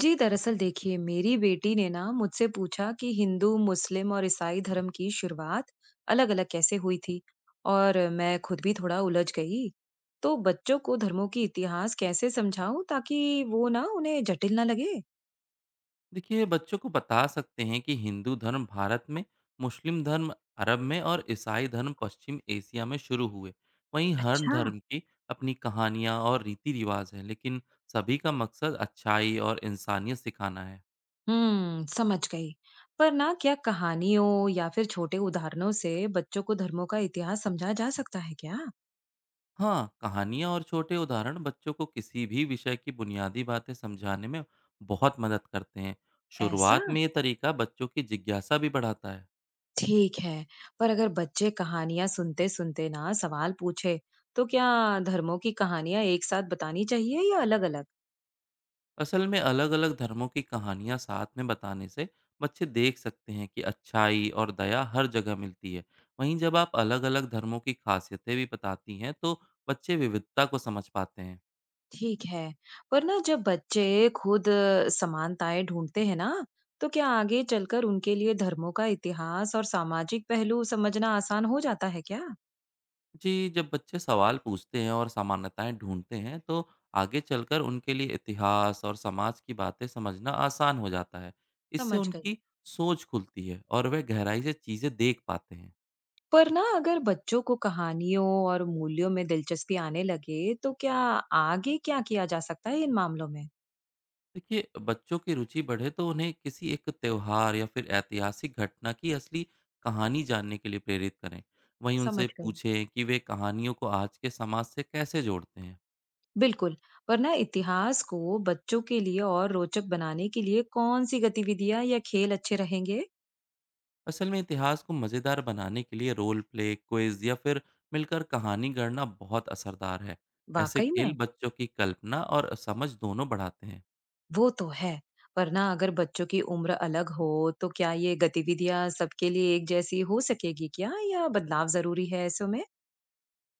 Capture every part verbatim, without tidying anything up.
जी, दरअसल देखिए मेरी बेटी ने ना मुझसे पूछा कि हिंदू, मुस्लिम और ईसाई धर्म की शुरुआत अलग-अलग कैसे हुई थी और मैं खुद भी थोड़ा उलझ गई। तो बच्चों को धर्मों की इतिहास कैसे समझाऊं ताकि वो ना उन्हें जटिल ना लगे? देखिए, बच्चों को बता सकते हैं कि हिंदू धर्म भारत में, मुस्लिम धर्म अरब में और ईसाई धर्म पश्चिम एशिया में शुरू हुए। वहीं हर अच्छा। धर्म की अपनी कहानियाँ और रीति रिवाज हैं, लेकिन सभी का मकसद अच्छाई और इंसानियत सिखाना है। हम्म, समझ गई। पर ना क्या कहानियों या फिर छोटे उदाहरणों से बच्चों को धर्मों का इतिहास समझा जा सकता है क्या? हाँ, कहानियाँ और छोटे उदाहरण बच्चों को किसी भी विषय की बुनियादी बातें समझाने में बहुत मदद करते हैं। ऐसा। शुरुआत में ये तरीका बच्चों की जिज्ञासा भी बढ़ाता है। ठीक है, पर अगर बच्चे कहानियाँ सुनते-सुनते ना सवाल पूछे, तो क्या धर्मों की कहानियाँ एक साथ बतानी चाहिए या अलग-अलग? असल में अलग अलग धर्मों की कहानियां साथ में बताने से बच्चे देख सकते हैं कि अच्छाई और दया हर जगह मिलती है। वहीं जब आप अलग अलग धर्मों की खासियतें भी बताती हैं तो बच्चे विविधता को समझ पाते हैं। ठीक है, पर ना जब बच्चे खुद अ, समानताएं ढूंढते हैं ना, तो क्या आगे चलकर उनके लिए धर्मों का इतिहास और सामाजिक पहलू समझना आसान हो जाता है क्या? जी, जब बच्चे सवाल पूछते हैं और समानताएं ढूंढते हैं तो आगे चलकर उनके लिए इतिहास और समाज की बातें समझना आसान हो जाता है। इससे समझ गई। उनकी सोच खुलती है और वह गहराई से चीज़ें देख पाते हैं। पर ना अगर बच्चों को कहानियों और मूल्यों में दिलचस्पी आने लगे, तो क्या आगे क्या किया जा सकता है इन मामलों में? देखिए, बच्चों की रुचि बढ़े तो उन्हें किसी एक त्योहार या फिर ऐतिहासिक घटना की असली कहानी जानने के लिए प्रेरित करें। वहीं उनसे समझ गई। पूछें कि वे कहानियों को आज के समाज से कैसे जोड़ते हैं। बिल्कुल। वरना इतिहास को बच्चों के लिए और रोचक बनाने के लिए कौन सी गतिविधियां या खेल अच्छे रहेंगे? असल में इतिहास को मज़ेदार बनाने के लिए रोल प्ले, क्विज या फिर मिलकर कहानी गढ़ना बहुत असरदार है। ऐसे वाकई खेल में। बच्चों की कल्पना और समझ दोनों बढ़ाते हैं। वो तो है। वरना अगर बच्चों की उम्र अलग हो तो क्या ये गतिविधियां सबके लिए एक जैसी हो सकेगी क्या या बदलाव जरूरी है ऐसे में?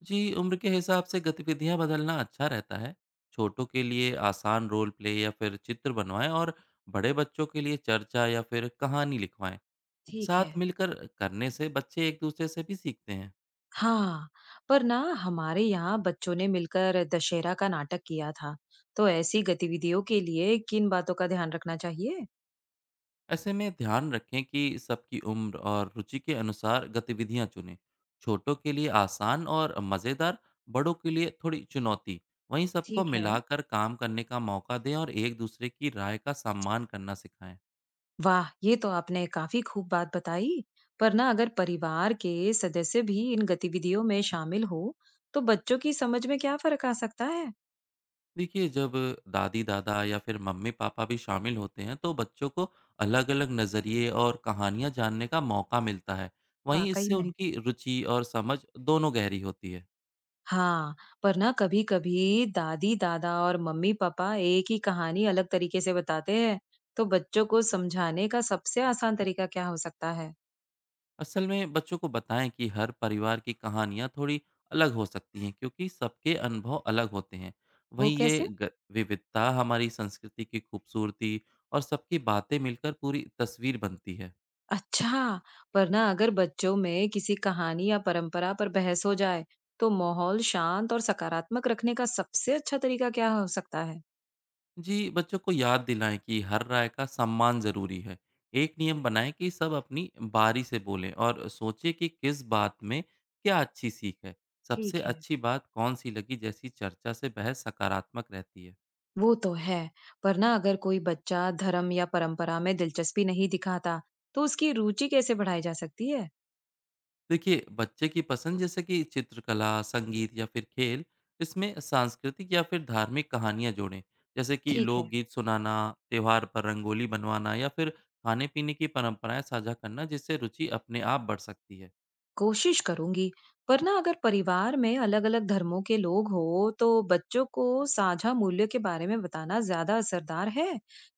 जी, उम्र के हिसाब से गतिविधियाँ बदलना अच्छा रहता है। छोटों के लिए आसान रोल प्ले या फिर चित्र बनवाएँ और बड़े बच्चों के लिए चर्चा या फिर कहानी लिखवाएँ। ठीक है। साथ मिलकर करने से बच्चे एक-दूसरे से भी सीखते हैं। हाँ, पर ना हमारे यहाँ बच्चों ने मिलकर दशहरा का नाटक किया था, तो ऐसी गतिविधियों के लिए किन बातों का ध्यान रखना चाहिए? ऐसे में ध्यान रखें कि सबकी उम्र और रुचि के अनुसार गतिविधियाँ चुनें। छोटों के लिए आसान और मज़ेदार, बड़ों के लिए थोड़ी चुनौती। वहीं सबको ठीक है। मिलाकर काम करने का मौका दें और एक-दूसरे की राय का सम्मान करना सिखाएँ। वाह! ये तो आपने काफ़ी खूब बात बताई। पर ना अगर परिवार के सदस्य भी इन गतिविधियों में शामिल हो, तो बच्चों की समझ में क्या फ़र्क आ सकता है? देखिए, जब दादी दादा या फिर मम्मी पापा भी शामिल होते हैं तो बच्चों को अलग अलग नज़रिए और कहानियाँ जानने का मौका मिलता है। वहीं वाकई इससे में। उनकी रुचि और समझ दोनों गहरी होती है। हाँ, पर ना कभी-कभी दादी-दादा और मम्मी-पापा एक ही कहानी अलग तरीके से बताते हैं, तो बच्चों को समझाने का सबसे आसान तरीका क्या हो सकता है? असल में बच्चों को बताएं कि हर परिवार की कहानियाँ थोड़ी अलग हो सकती हैं क्योंकि सबके अनुभव अलग होते हैं। वो वहीं ये कैसे? ग- विविधता हमारी संस्कृति की खूबसूरती और सबकी बातें मिलकर पूरी तस्वीर बनती है। अच्छा, वरना अगर बच्चों में किसी कहानी या परंपरा पर बहस हो जाए, तो माहौल शांत और सकारात्मक रखने का सबसे अच्छा तरीका क्या हो सकता है? जी, बच्चों को याद दिलाएं कि हर राय का सम्मान ज़रूरी है। एक नियम बनाएं कि सब अपनी बारी से बोलें और सोचें कि किस बात में क्या अच्छी सीख है। सबसे ठीक है। अच्छी बात कौन सी लगी, जैसी चर्चा से बहस सकारात्मक रहती है। वो तो है। पर ना अगर कोई बच्चा धर्म या परंपरा में दिलचस्पी नहीं दिखाता, तो उसकी रुचि कैसे बढ़ाई जा सकती है? देखिए, बच्चे की पसंद जैसे कि चित्रकला, संगीत या फिर खेल, इसमें सांस्कृतिक या फिर धार्मिक कहानियाँ जोड़ें। जैसे कि ठीक है। लोकगीत सुनाना, त्योहार पर रंगोली बनवाना या फिर खाने-पीने की परंपराएं साझा करना, जिससे रुचि अपने आप बढ़ सकती है। कोशिश करूंगी। पर ना अगर परिवार में अलग अलग धर्मों के लोग हो तो बच्चों को साझा मूल्य के बारे में बताना ज्यादा असरदार है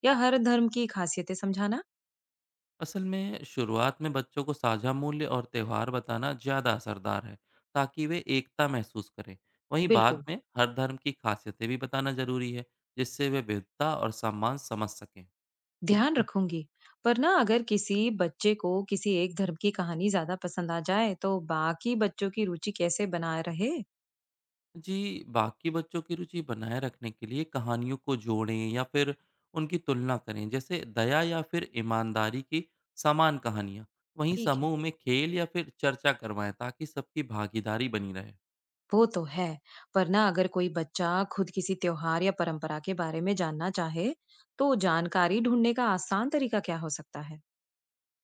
या हर धर्म की खासियतें समझाना? असल में शुरुआत में बच्चों को साझा मूल्य और त्यौहार बताना ज़्यादा असरदार है ताकि वे एकता महसूस करें। वहीं बाद बिल्कुल। में हर धर्म की खासियतें भी बताना ज़रूरी है जिससे वे विविधता और सम्मान समझ सकें। ध्यान रखूंगी। पर ना अगर किसी बच्चे को किसी एक धर्म की कहानी ज्यादा पसंद आ जाए तो बाकी बच्चों की रुचि कैसे बनाए रहे? जी, बाकी बच्चों की रुचि बनाए रखने के लिए कहानियों को जोड़ें या फिर उनकी तुलना करें, जैसे दया या फिर ईमानदारी की समान कहानियाँ। वहीं ठीक है। समूह में खेल या फिर चर्चा करवाएं ताकि सबकी भागीदारी बनी रहे। वो तो है। पर ना अगर कोई बच्चा खुद किसी त्योहार या परंपरा के बारे में जानना चाहे, तो जानकारी ढूंढने का आसान तरीका क्या हो सकता है?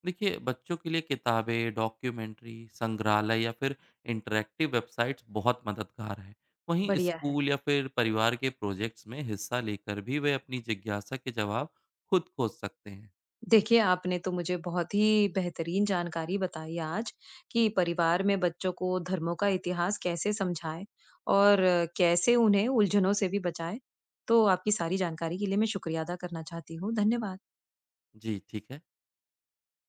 देखिए, बच्चों के लिए किताबें, डॉक्यूमेंट्री, संग्रहालय या फिर इंटरेक्टिव वेबसाइट्स बहुत मददगार हैं। वहीं बढ़िया है। स्कूल या फिर परिवार के प्रोजेक्ट्स में हिस्सा लेकर भी वे अपनी जिज्ञासा के जवाब खुद खोज सकते हैं। देखिए, आपने तो मुझे बहुत ही बेहतरीन जानकारी बताई आज कि परिवार में बच्चों को धर्मों का इतिहास कैसे समझाएँ और कैसे उन्हें उलझनों से भी बचाएँ। तो आपकी सारी जानकारी के लिए मैं शुक्रिया अदा करना चाहती हूँ। धन्यवाद। जी, ठीक है।